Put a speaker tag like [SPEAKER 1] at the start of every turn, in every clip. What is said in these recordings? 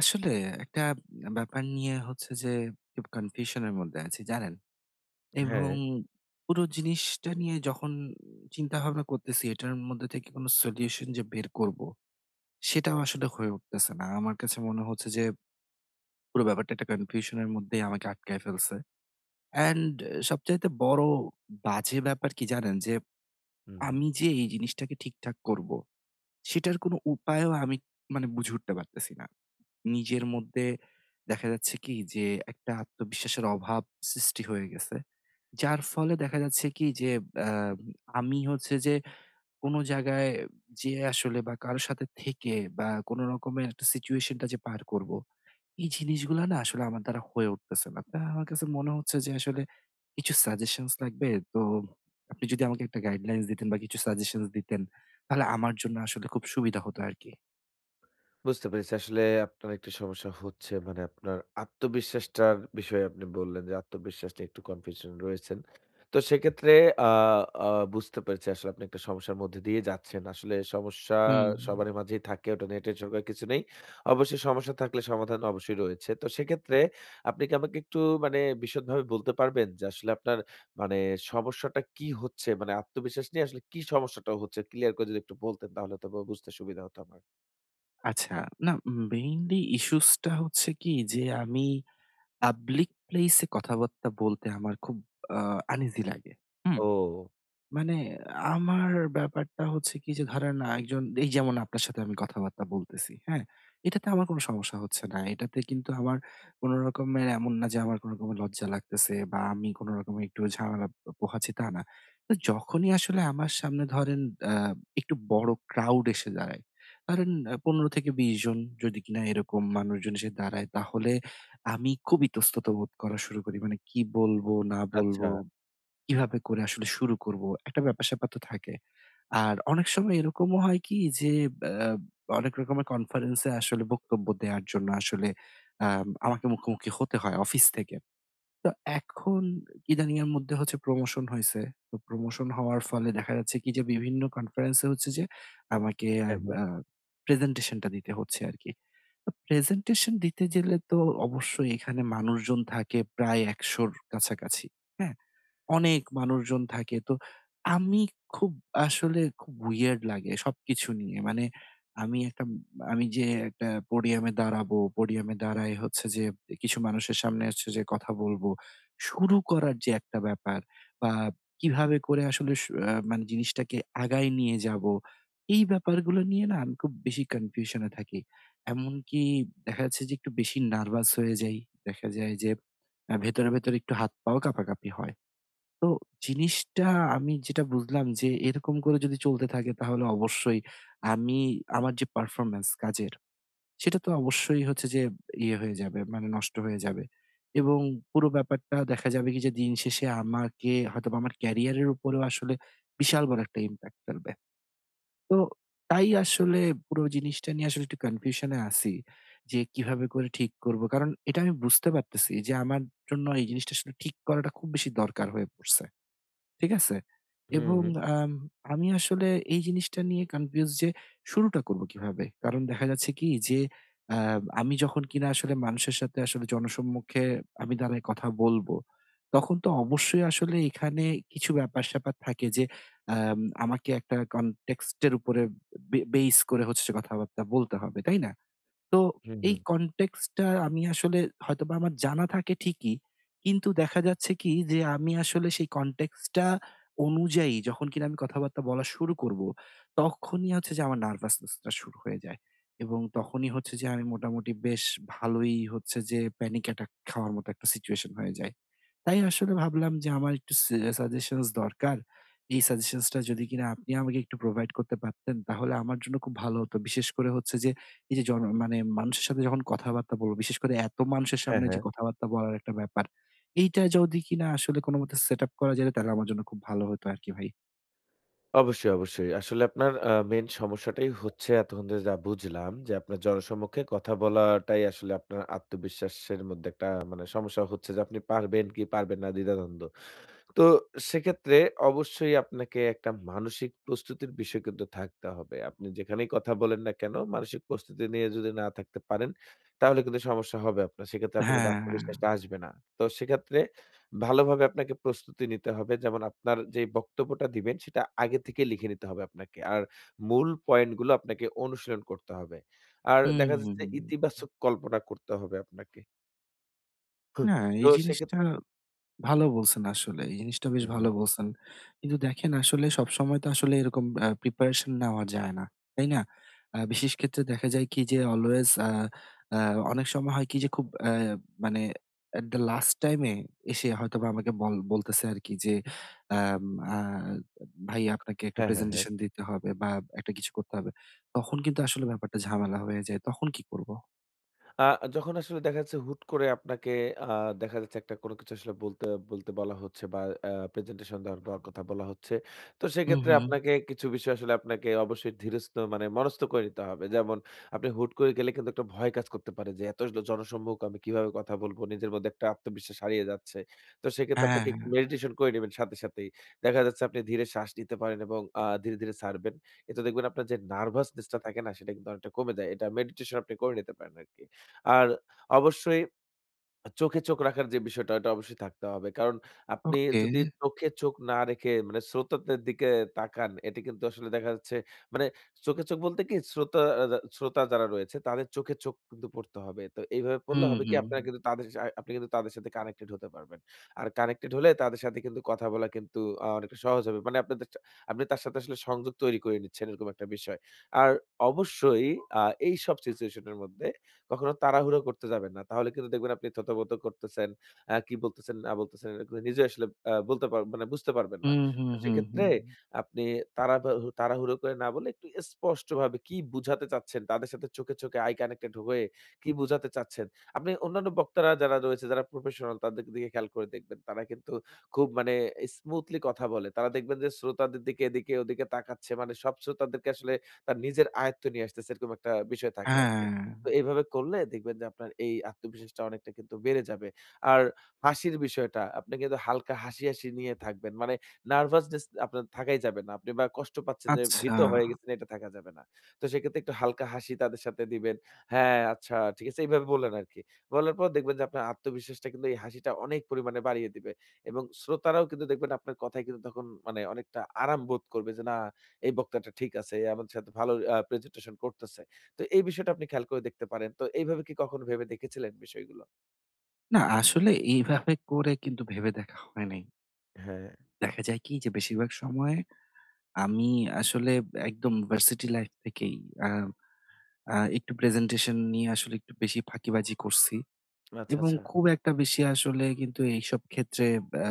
[SPEAKER 1] আসলে একটা ব্যাপার নিয়ে হচ্ছে যে খুব কনফিউশন এর মধ্যে আছি জানেন?
[SPEAKER 2] হ্যাঁ,
[SPEAKER 1] এবং পুরো জিনিসটা নিয়ে যখন চিন্তা ভাবনা করতেছি এটার মধ্যে থেকে কোনো সলিউশন যে বের করবো, সেটাও আসলে হয়ে উঠতেছে না। আমার কাছে মনে হচ্ছে যে পুরো ব্যাপারটা একটা কনফিউশন এর মধ্যেই আমাকে আটকায় ফেলছে। অ্যান্ড সবচাইতে বড় বাজে ব্যাপার কি জানেন? যে
[SPEAKER 2] হুম।
[SPEAKER 1] আমি যে এই জিনিসটাকে ঠিকঠাক করবো, সেটার কোনো উপায়ও আমি মানে বুঝে উঠতে পারতেছি না। নিজের মধ্যে দেখা যাচ্ছে কি যে একটা আত্মবিশ্বাসের অভাব সৃষ্টি হয়ে গেছে। যার ফলে দেখা যাচ্ছে কি যে আ আমি হচ্ছে যে কোনো জায়গায় যেয়ে আসলে বা কারো সাথে থেকে বা কোনো রকমের একটা সিচুয়েশন টা যে পার করব, এই জিনিসগুলা না আসলে আমার দ্বারা হয়ে উঠতেছে না। তা আমার কাছে মনে হচ্ছে যে আসলে কিছু সাজেশনস লাগবে। তো আপনি যদি আমাকে একটা গাইডলাইনস দিতেন বা কিছু সাজেশনস দিতেন তাহলে আমার জন্য আসলে খুব সুবিধা হতো আরকি।
[SPEAKER 2] বুঝতে পেরেছি। আসলে আপনার একটা সমস্যা হচ্ছে। মানে আপনার আত্মবিশ্বাসটার বিষয়ে আপনি বললেন যে আত্মবিশ্বাস নিয়ে একটু কনফিউশন রয়েছেন। তো সেক্ষেত্রে আ আ বুঝতে পেরেছি আসলে আপনি একটা সমস্যার মধ্যে দিয়ে যাচ্ছেন। আসলে সমস্যা
[SPEAKER 1] হুম।
[SPEAKER 2] সবারই মাঝেই থাকে। ওটা নিয়ে টেনশন করার কিছু নেই। অবশ্যই সমস্যা থাকলে সমাধান অবশ্যই রয়েছে। তো সেক্ষেত্রে আপনি কি আমাকে একটু মানে বিশদভাবে বলতে পারবেন যে আসলে আপনার মানে সমস্যাটা কি হচ্ছে? মানে আত্মবিশ্বাস নিয়ে আসলে কি সমস্যাটা হচ্ছে? ক্লিয়ার করে যদি একটু বলতেন তাহলে হয়তোবা বুঝতে সুবিধা হতো আমার।
[SPEAKER 1] আচ্ছা, না মেইনলি ইস্যুসটা হচ্ছে কি যে আমি পাবলিক প্লেস এ কথাবার্তা বলতে আমার খুব আ আনইজি লাগে। হুম?
[SPEAKER 2] ও।
[SPEAKER 1] মানে আমার ব্যাপারটা হচ্ছে কি যে ধরেন একজন এই যেমন আপনার সাথে আমি কথাবার্তা বলতেছি, হ্যাঁ? এটাতে আমার কোনো সমস্যা হচ্ছে না। এটাতে কিন্তু আমার কোন রকমের এমন না যে আমার কোন রকমের লজ্জা লাগতেছে বা আমি কোন রকমের একটু ঝামেলা পোহাচ্ছি তা না। তো যখনই আসলে আমার সামনে ধরেন আ একটু বড় ক্রাউড এসে দাঁড়ায়। ধরেন ১৫ থেকে ২০ জন যদি কিনা এরকম মানুষজন এসে দাঁড়ায় তাহলে আমি খুব ইতস্তত বোধ করা শুরু করি। মানে কি বলবো না
[SPEAKER 2] আচ্ছা।
[SPEAKER 1] বলবো কিভাবে করে আসলে শুরু করব? একটা ব্যাপার-স্যাপার তো থাকে। আর অনেক সময় এরকমও হয় কি যে, অ্যা অনেক রকমের কনফারেন্সে আসলে বক্তব্য দেওয়ার জন্য আসলে আমাকে মুখোমুখি হতে হয় অফিস থেকে। তো এখন ইদানিং এর মধ্যে হচ্ছে প্রমোশন হইছে। তো প্রমোশন হওয়ার ফলে দেখা যাচ্ছে কি যে বিভিন্ন কনফারেন্সে হচ্ছে যে আমাকে
[SPEAKER 2] হ্যাঁ, হ্যাঁ।
[SPEAKER 1] আ প্রেজেন্টেশনটা দিতে হচ্ছে আরকি। তো প্রেজেন্টেশন দিতে গেলে তো অবশ্যই এখানে মানুষজন থাকে প্রায় ১০০ র কাছাকাছি। হ্যাঁ? অনেক মানুষজন থাকে। তো আমি খুব আসলে খুব weird লাগে সবকিছু নিয়ে। মানে আমি একটা আমি যে একটা পোডিয়ামে দাঁড়াবো, পোডিয়ামে দাঁড়ায় হচ্ছে যে কিছু মানুষের সামনে হচ্ছে যে কথা বলবো। শুরু করার যে একটা ব্যাপার বা কিভাবে করে আসলে সু আ মানে জিনিসটাকে আগায় নিয়ে যাবো, এই ব্যাপারগুলো নিয়ে না আমি খুব বেশি কনফিউশন এ থাকি। এমনকি দেখা যাচ্ছে যে একটু বেশি নার্ভাস হয়ে যাই। দেখা যায় যে ভেতরে, ভেতরে একটু হাত পাও কাঁপাকাঁপি হয়। তো জিনিসটা আমি যেটা বুঝলাম যে এরকম করে যদি চলতে থাকে তাহলে অবশ্যই আমি আমার যে পারফরম্যান্স কাজের সেটা তো অবশ্যই হচ্ছে যে ইয়ে হয়ে যাবে মানে নষ্ট হয়ে যাবে এবং পুরো ব্যাপারটা দেখা যাবে কি যে দিন শেষে আমাকে হয়তো বা আমার ক্যারিয়ারের উপরেও আসলে বিশাল বড় একটা ইম্প্যাক্ট ফেলবে। তো তাই আসলে পুরো জিনিসটা নিয়ে আসলে একটু কনফিউশনে আছি যে কিভাবে করে ঠিক করব, কারণ এটা আমি বুঝতে পারতেছি যে আমার জন্য এই জিনিসটা আসলে ঠিক করাটা খুব বেশি দরকার হয়ে পড়ছে, ঠিক আছে?
[SPEAKER 2] হুম,
[SPEAKER 1] এবং আম আমি আসলে এই জিনিসটা নিয়ে কনফিউজ যে শুরুটা করব কিভাবে? কারণ দেখা যাচ্ছে কি যে আ আমি যখন কিনা আসলে মানুষের সাথে আসলে জনসম্মুখে আমি দাঁড়ায় কথা বলবো, তখন তো অবশ্যই আসলে এখানে কিছু ব্যাপার-স্যাপার থাকে যে আমাকে একটা কনটেক্সট এর উপরে বেইস করে হচ্ছে কথাবার্তা বলতে হবে, তাই না? তো
[SPEAKER 2] হুম,
[SPEAKER 1] এই
[SPEAKER 2] হুম।
[SPEAKER 1] কনটেক্সট টা আমি আসলে হয়তোবা আমার জানা থাকে ঠিকই। কিন্তু দেখা যাচ্ছে কি যে আমি আসলে সেই কনটেক্সট টা অনুযায়ী যখন কিনা আমি কথাবার্তা বলা শুরু করব, তখনই হচ্ছে যে আমার নার্ভাসনেস টা শুরু হয়ে যায়। এবং তখনই হচ্ছে যে আমি মোটামুটি বেশ ভালোই হচ্ছে যে প্যানিক অ্যাটাক খাওয়ার মতো একটা সিচুয়েশন হয়ে যায়। তাই আসলে ভাবলাম যে আমার একটু সাজেশনস দরকার। এই সাজেশনস টা যদি কিনা আপনি আমাকে একটু প্রোভাইড করতে পারতেন, তাহলে আমার জন্য খুব ভালো হতো। বিশেষ করে হচ্ছে যে এই যে মানে মানুষের সাথে যখন কথাবার্তা বলব, বিশেষ করে এত মানুষের
[SPEAKER 2] হ্যাঁ,
[SPEAKER 1] সামনে যে
[SPEAKER 2] হ্যাঁ।
[SPEAKER 1] কথাবার্তা বলার একটা ব্যাপার, এইটা যদি কিনা আসলে কোনমতে সেট আপ করা যেত, তাহলে আমার জন্য খুব ভালো হতো আরকি ভাই।
[SPEAKER 2] অবশ্যই, অবশ্যই। আসলে আপনার মেইন সমস্যাটাই হচ্ছে এতক্ষণ ধরে যা বুঝলাম যে আপনার জনসম্মুখে কথা বলাটাই আসলে আপনার আত্মবিশ্বাসের মধ্যে একটা মানে সমস্যা হচ্ছে যে আপনি পারবেন কি পারবেন না দ্বিধাদ্বন্দ্ব। তো সেক্ষেত্রে অবশ্যই আপনাকে একটা মানসিক প্রস্তুতির বিষয় কিন্তু থাকতে হবে। আপনি যেখানেই কথা বলেন না কেন, মানসিক প্রস্তুতি নিয়ে যদি না থাকতে পারেন, তাহলে কিন্তু সমস্যা হবে আপনার। সেক্ষেত্রে আপনি কিন্তু
[SPEAKER 1] হ্যাঁ।
[SPEAKER 2] আত্মবিশ্বাসটা আসবে না। তো সেক্ষেত্রে ভালোভাবে আপনাকে প্রস্তুতি নিতে হবে। যেমন আপনার যে বক্তব্যটা দিবেন, সেটা আগে থেকে লিখে নিতে হবে আপনাকে। আর মূল পয়েন্টগুলো আপনাকে অনুশীলন করতে হবে। আর দেখা
[SPEAKER 1] হুম,
[SPEAKER 2] যাচ্ছে ইতিবাচক কল্পনা করতে হবে আপনাকে। হুম,
[SPEAKER 1] না
[SPEAKER 2] তো
[SPEAKER 1] এই
[SPEAKER 2] সেক্ষেত্রে
[SPEAKER 1] জিনিসটা ভালো বলছেন আসলে। এই জিনিসটা বেশ
[SPEAKER 2] হুম, হুম।
[SPEAKER 1] ভালো বলছেন। কিন্তু দেখেন আসলে সবসময় তো আসলে এরকম প্রিপারেশন নেওয়া যায় না। তাই না? বিশেষ ক্ষেত্রে দেখা যায় কি যে অলওয়েজ আ আ অনেক সময় হয় কি যে খুব মানে এট দ্যা লাস্ট টাইম এ এসে হয়তোবা আমাকে বলতেছে আরকি যে আম আ "ভাই আপনাকে একটা
[SPEAKER 2] হ্যাঁ, হ্যাঁ, হ্যাঁ।
[SPEAKER 1] প্রেজেন্টেশন দিতে হবে বা একটা কিছু করতে হবে।" তখন কিন্তু আসলে ব্যাপারটা ঝামেলা হয়ে যায়। তখন কি করব?
[SPEAKER 2] আ যখন আসলে দেখা যাচ্ছে হুট করে আপনাকে আ দেখা যাচ্ছে একটা কোনো কিছু আসলে বলতে বলা হচ্ছে বা প্রেজেন্টেশন দেওয়ার বা কথা বলা হচ্ছে। তো
[SPEAKER 1] হুম,
[SPEAKER 2] সেক্ষেত্রে
[SPEAKER 1] হুম।
[SPEAKER 2] আপনাকে কিছু বিষয় আসলে আপনাকে অবশ্যই মানে মনস্থ করে নিতে হবে। যেমন আপনি হুট করে গেলে কিন্তু একটা ভয় কাজ করতে পারে যে এত আসলে জনসম্মুখ আমি কিভাবে কথা বলবো? নিজের মধ্যে একটা আত্মবিশ্বাস হারিয়ে যাচ্ছে। তো সেক্ষেত্রে আপনাকে একটু
[SPEAKER 1] হ্যাঁ,
[SPEAKER 2] মেডিটেশন করে নিবেন সাথে, সাথেই। দেখা যাচ্ছে আপনি ধীরে শ্বাস নিতে পারেন এবং ধীরে, ধীরে ছাড়বেন। এতে দেখবেন আপনার যে নার্ভাসনেস টা থাকে না সেটা কিন্তু অনেকটা কমে যায়। এটা মেডিটেশন আপনি করে নিতে পারেন আরকি। আর অবশ্যই চোখে চোখ রাখার যে বিষয়টা, ওটা অবশ্যই থাকতে হবে। কারণ আপনি
[SPEAKER 1] ওকে।
[SPEAKER 2] যদি চোখে চোখ না রেখে মানে শ্রোতাদের দিকে তাকান, এটি কিন্তু আসলে দেখা যাচ্ছে মানে চোখে চোখ বলতে কি শ্রোতা যা শ্রোতা যারা রয়েছে তাদের চোখে চোখ কিন্তু পড়তে হবে। তো এইভাবে পড়লে
[SPEAKER 1] হুম,
[SPEAKER 2] হবে কি
[SPEAKER 1] হুম।
[SPEAKER 2] আপনারা কিন্তু তাদের সা আপনি কিন্তু তাদের সাথে কানেক্টেড হতে পারবেন। আর কানেক্টেড হলে তাদের সাথে কিন্তু কথা বলা কিন্তু অনেকটা সহজ হবে। মানে আপনাদের সা আপনি তার সাথে আসলে সংযোগ তৈরি করে নিচ্ছেন এরকম একটা বিষয়। আর অবশ্যই আ এইসব সিচুয়েশন এর মধ্যে কখনো তাড়াহুড়ো করতে যাবেন না। তাহলে কিন্তু দেখবেন আপনি থতমত করতেছেন। কি বলতেছেন না বলতেছেন এটা কিন্তু নিজে আসলে আ বলতে পার মানে বুঝতে পারবেন না।
[SPEAKER 1] হুম, হুম,
[SPEAKER 2] তো
[SPEAKER 1] হুম,
[SPEAKER 2] সেক্ষেত্রে
[SPEAKER 1] হুম।
[SPEAKER 2] আপনি তাড়াহুড়ো করে না বলে একটু স্পষ্টভাবে কি বুঝাতে চাচ্ছেন তাদের সাথে চোখে, চোখে আই কানেক্টেড হয়ে কি বুঝাতে চাচ্ছেন। আপনি অন্যান্য বক্তারা যারা রয়েছে যারা প্রফেশনাল তাদের দিকে খেয়াল করে দেখবেন। তারা কিন্তু খুব মানে স্মুথলি কথা বলে। তারা দেখবেন যে শ্রোতাদের দিকে এদিকে ওদিকে তাকাচ্ছে। মানে সব শ্রোতাদেরকে আসলে তার নিজের আয়ত্তে নিয়ে আসতেছে এরকম একটা বিষয় থাকে আরকি।
[SPEAKER 1] হ্যাঁ,
[SPEAKER 2] তো এইভাবে করলে দেখবেন যে আপনার এই আত্মবিশ্বাসটা অনেকটা কিন্তু বেড়ে যাবে। আর হাসির বিষয়টা, আপনি কিন্তু হালকা হাসি, হাসি নিয়ে থাকবেন। মানে নার্ভাসনেস আপনার থাকাই যাবে না। আপনি বা কষ্ট পাচ্ছেন যে
[SPEAKER 1] আচ্ছা।
[SPEAKER 2] ভীত হয়ে গেছেন এটা থাকা যাবে না। তো সেক্ষেত্রে একটু হালকা হাসি তাদের সাথে দিবেন। হ্যাঁ, আচ্ছা ঠিক আছে এইভাবে বললেন আরকি। বলার পর দেখবেন যে আপনার আত্মবিশ্বাসটা কিন্তু এই হাসিটা অনেক পরিমাণে বাড়িয়ে দিবে। এবং শ্রোতারাও কিন্তু দেখবেন আপনার কথায় কিন্তু তখন মানে অনেকটা আরাম বোধ করবে যে না এই বক্তাটা ঠিক আছে। আমাদের সাথে ভালো প্রেজেন্টেশন করতেছে। তো এই বিষয়টা আপনি খেয়াল করে দেখতে পারেন। তো এইভাবে কি কখনো ভেবে দেখেছিলেন বিষয়গুলো?
[SPEAKER 1] না আসলে এইভাবে করে কিন্তু ভেবে দেখা হয় নাই।
[SPEAKER 2] হ্যাঁ।
[SPEAKER 1] দেখা যায় কি যে বেশিরভাগ সময়ে আমি আসলে একদম ভার্সিটি লাইফ থেকেই আ আ একটু প্রেজেন্টেশন নিয়ে আসলে একটু বেশি ফাঁকিবাজি করছি
[SPEAKER 2] আচ্ছা,
[SPEAKER 1] এবং
[SPEAKER 2] আচ্ছা,
[SPEAKER 1] খুব একটা বেশি আসলে কিন্তু এইসব ক্ষেত্রে আ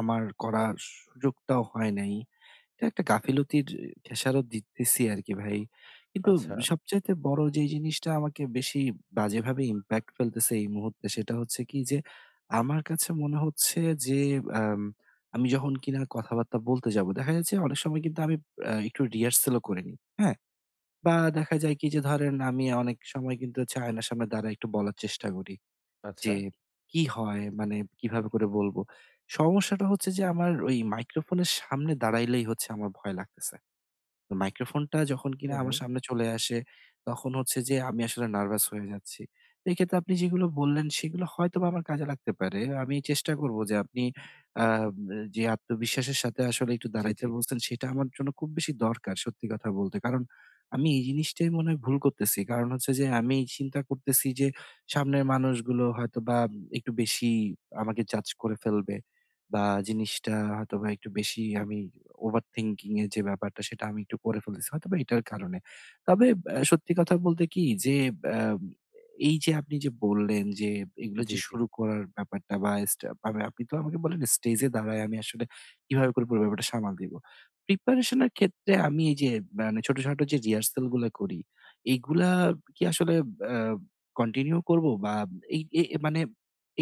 [SPEAKER 1] আমার করার সুযোগটাও হয় নাই। এটা একটা গাফিলতির খেসারত দিতেছি আরকি ভাই। কিন্তু
[SPEAKER 2] আচ্ছা,
[SPEAKER 1] সবচাইতে বড় যে জিনিসটা আমাকে বেশি বাজেভাবে ইমপ্যাক্ট ফেলতেছে এই মুহূর্তে সেটা হচ্ছে কি যে, আমার কাছে মনে হচ্ছে যে আম আমি যখন কিনা কথাবার্তা বলতে যাবো, দেখা যাচ্ছে অনেক সময় কিন্তু আমি একটু রিহার্সালও করে নিই। হ্যাঁ? বা দেখা যায় কি যে ধরেন আমি অনেক সময় কিন্তু হচ্ছে আয়নার সামনে দাঁড়ায় একটু বলার চেষ্টা করি।
[SPEAKER 2] আচ্ছা।
[SPEAKER 1] যে কি হয়? মানে কিভাবে করে বলব? সমস্যাটা হচ্ছে যে আমার ওই মাইক্রোফোনের সামনে দাঁড়াইলেই হচ্ছে আমার ভয় লাগতেছে। তো মাইক্রোফোনটা যখন
[SPEAKER 2] হু,
[SPEAKER 1] কিনা
[SPEAKER 2] হু।
[SPEAKER 1] আমার সামনে চলে আসে, তখন হচ্ছে যে আমি আসলে নার্ভাস হয়ে যাচ্ছি। তো এক্ষেত্রে আপনি যেগুলো বললেন, সেগুলো হয়তোবা আমার কাজে লাগতে পারে। আমি চেষ্টা করব যে আপনি আ যে আত্মবিশ্বাসের সাথে আসলে একটু
[SPEAKER 2] জি,
[SPEAKER 1] দাঁড়াইতে
[SPEAKER 2] জি,
[SPEAKER 1] বলছেন, সেটা আমার জন্য খুব বেশি দরকার সত্যি কথা বলতে। কারণ আমি এই জিনিসটাই মনে হয় ভুল করতেছি। কারণ হচ্ছে যে আমি চিন্তা করতেছি যে সামনের মানুষগুলো হয়তোবা একটু বেশি আমাকে জাজ করে ফেলবে বা জিনিসটা হয়তোবা একটু বেশি আমি ওভার থিংকিং এর যে ব্যাপারটা সেটা আমি একটু করে ফেলতেছি হয়তোবা এটার কারণে। তবে সত্যি কথা বলতে কি যে অ্যা এই যে আপনি যে বললেন যে এগুলো
[SPEAKER 2] জি,
[SPEAKER 1] যে
[SPEAKER 2] জি।
[SPEAKER 1] শুরু করার ব্যাপারটা বা মানে আপনি তো আমাকে বললেন স্টেজে দাঁড়ায় আমি আসলে কিভাবে করে পুরো ব্যাপারটা সামাল দিব। প্রিপারেশন এর ক্ষেত্রে আমি এই যে মানে ছোটখাটো যে রিহার্সাল গুলা করি, এইগুলা কি আসলে অ্যা কন্টিনিউ করব বা এই এ এ মানে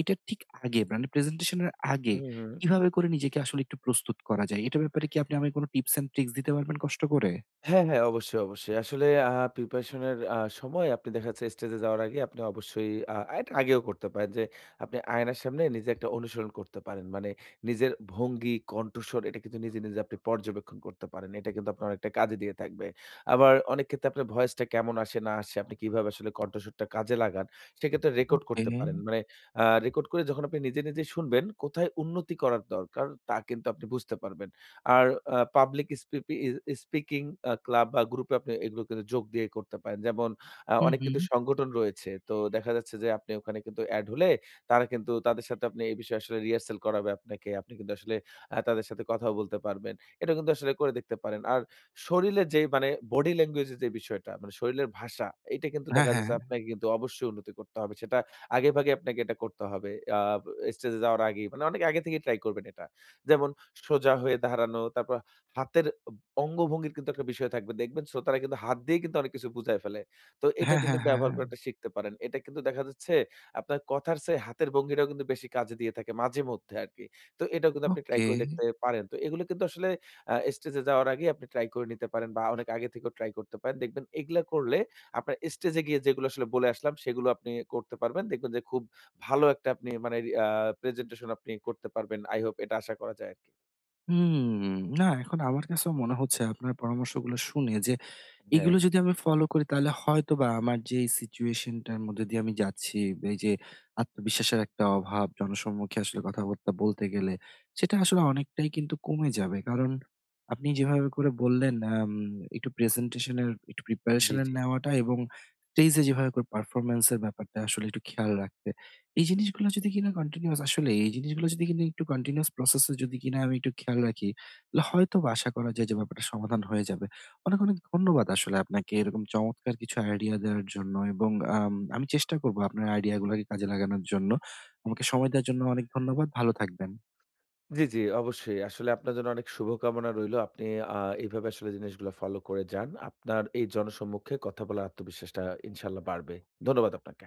[SPEAKER 1] এটার ঠিক আগে মানে প্রেজেন্টেশন এর আগে
[SPEAKER 2] হু, হু।
[SPEAKER 1] কিভাবে করে নিজেকে আসলে একটু প্রস্তুত করা যায়? এটার ব্যাপারে কি আপনি আমাকে কোন টিপস অ্যান্ড ট্রিকস দিতে পারবেন কষ্ট করে?
[SPEAKER 2] হ্যাঁ, হ্যাঁ, অবশ্যই, অবশ্যই। আসলে প্রিপারেশন এর সময় আপনি দেখা যাচ্ছে স্টেজে যাওয়ার আগে আপনি অবশ্যই এটা আগেও করতে পারেন যে আপনি আয়নার সামনে নিজে একটা অনুসরণ করতে পারেন। মানে নিজের ভঙ্গি, কণ্ঠস্বর এটা কিন্তু নিজে, নিজে আপনি পর্যবেক্ষণ করতে পারেন। এটা কিন্তু আপনার অনেকটা কাজে দিয়ে থাকবে। আবার অনেক ক্ষেত্রে আপনার ভয়েসটা কেমন আসে না আসে, আপনি কিভাবে আসলে কণ্ঠস্বরটা কাজে লাগান সেক্ষেত্রে রেকর্ড
[SPEAKER 1] ওকে।
[SPEAKER 2] করতে পারেন। মানে রেকর্ড করে যখন আপনি নিজে, নিজে শুনবেন কোথায় উন্নতি করার দরকার তা কিন্তু আপনি বুঝতে পারবেন। আর পাবলিক স্পিকিং ক্লাব বা গ্রুপে আপনি এগুলো কিন্তু যোগ দিয়ে করতে পারেন। যেমন
[SPEAKER 1] হুম,
[SPEAKER 2] অনেক
[SPEAKER 1] হুম।
[SPEAKER 2] কিন্তু সংগঠন রয়েছে। তো দেখা যাচ্ছে যে আপনি ওখানে কিন্তু এড হলে তারা কিন্তু তাদের সাথে আপনি এই বিষয়ে আসলে রিহার্সাল করাবে আপনাকে। আপনি কিন্তু আসলে তাদের সাথে কথাও বলতে পারবেন। এটা কিন্তু আসলে করে দেখতে পারেন। আর শরীরে যে মানে বডি ল্যাঙ্গুয়েজ এর যে বিষয়টা মানে শরীরের ভাষা এটা কিন্তু
[SPEAKER 1] হ্যাঁ,
[SPEAKER 2] দেখা
[SPEAKER 1] হ্যাঁ।
[SPEAKER 2] যাচ্ছে আপনাকে কিন্তু অবশ্যই উন্নতি করতে হবে। সেটা আগেভাগে আপনাকে এটা করতে হবে। আ স্টেজে যাওয়ার আগেই মানে অনেক আগে থেকেই ট্রাই করবেন এটা। যেমন সোজা হয়ে দাঁড়ানো, তারপর হাতের অঙ্গভঙ্গির কিন্তু একটা বিষয় থাকবে। দেখবেন শ্রোতারা কিন্তু হাত দিয়ে কিন্তু অনেক কিছু বুঝায় ফেলে। তো এটাও
[SPEAKER 1] হ্যাঁ,
[SPEAKER 2] কিন্তু
[SPEAKER 1] হ্যাঁ,
[SPEAKER 2] ব্যবহার
[SPEAKER 1] হ্যাঁ।
[SPEAKER 2] করাটা শিখতে পারেন। এটা কিন্তু দেখা যাচ্ছে আপনার কথার চেয়ে হাতের ভঙ্গিটাও কিন্তু বেশি কাজে দিয়ে থাকে মাঝেমধ্যে আরকি। তো এটাও কিন্তু আপনি ট্রাই
[SPEAKER 1] ওকে।
[SPEAKER 2] করে দেখতে পারেন। তো এগুলো কিন্তু আসলে স্টেজে যাওয়ার আগে আপনি ট্রাই করে নিতে পারেন বা অনেক আগে থেকেও ট্রাই করতে পারেন। দেখবেন এগুলা করলে আপনার স্টেজে গিয়ে যেগুলো আসলে বলে আসলাম সেগুলো আপনি করতে পারবেন। দেখবেন যে খুব ভালো একটা আপনি মানে আ প্রেজেন্টেশন আপনি করতে পারবেন। I hope এটা আশা করা যায় আরকি।
[SPEAKER 1] হুম। না, এখন আমার কাছেও মনে হচ্ছে আপনার পরামর্শগুলো শুনে যে
[SPEAKER 2] হ্যাঁ।
[SPEAKER 1] এগুলো যদি আমি ফলো করি তাহলে হয়তোবা আমার যে এই সিচুয়েশন টার মধ্যে দিয়ে আমি যাচ্ছি, এই যে আত্মবিশ্বাসের একটা অভাব, জনসম্মুখে আসলে কথাবার্তা বলতে গেলে, সেটা আসলে অনেকটাই কিন্তু কমে যাবে। কারণ আপনি যেভাবে করে বললেন, একটু প্রেজেন্টেশন এর একটু
[SPEAKER 2] জি,
[SPEAKER 1] প্রিপারেশন এর
[SPEAKER 2] জি।
[SPEAKER 1] নেওয়াটা এবং স্টেজ এ যেভাবে করে পারফরম্যান্স এর ব্যাপারটা আসলে একটু খেয়াল রাখতে। এই জিনিসগুলো যদি কিনা কন্টিনিউয়াস আসলে এই জিনিসগুলো যদি কিনা একটু কন্টিনিউয়াস প্রসেস এ যদি কিনা আমি একটু খেয়াল রাখি, তাহলে হয়তোবা আশা করা যায় যে ব্যাপারটা সমাধান হয়ে যাবে। অনেক, অনেক ধন্যবাদ আসলে আপনাকে এরকম চমৎকার কিছু আইডিয়া দেওয়ার জন্য এবং আমি চেষ্টা করব আপনার আইডিয়া গুলাকে কাজে লাগানোর জন্য। আমাকে সময় দেওয়ার জন্য অনেক ধন্যবাদ। ভালো থাকবেন।
[SPEAKER 2] জি, জি, অবশ্যই। আসলে আপনার জন্য অনেক শুভকামনা রইলো। আপনি আ এভাবে আসলে জিনিসগুলো ফলো করে যান। আপনার এই জনসম্মুখে কথা বলার আত্মবিশ্বাসটা ইনশাআল্লাহ বাড়বে। ধন্যবাদ আপনাকে।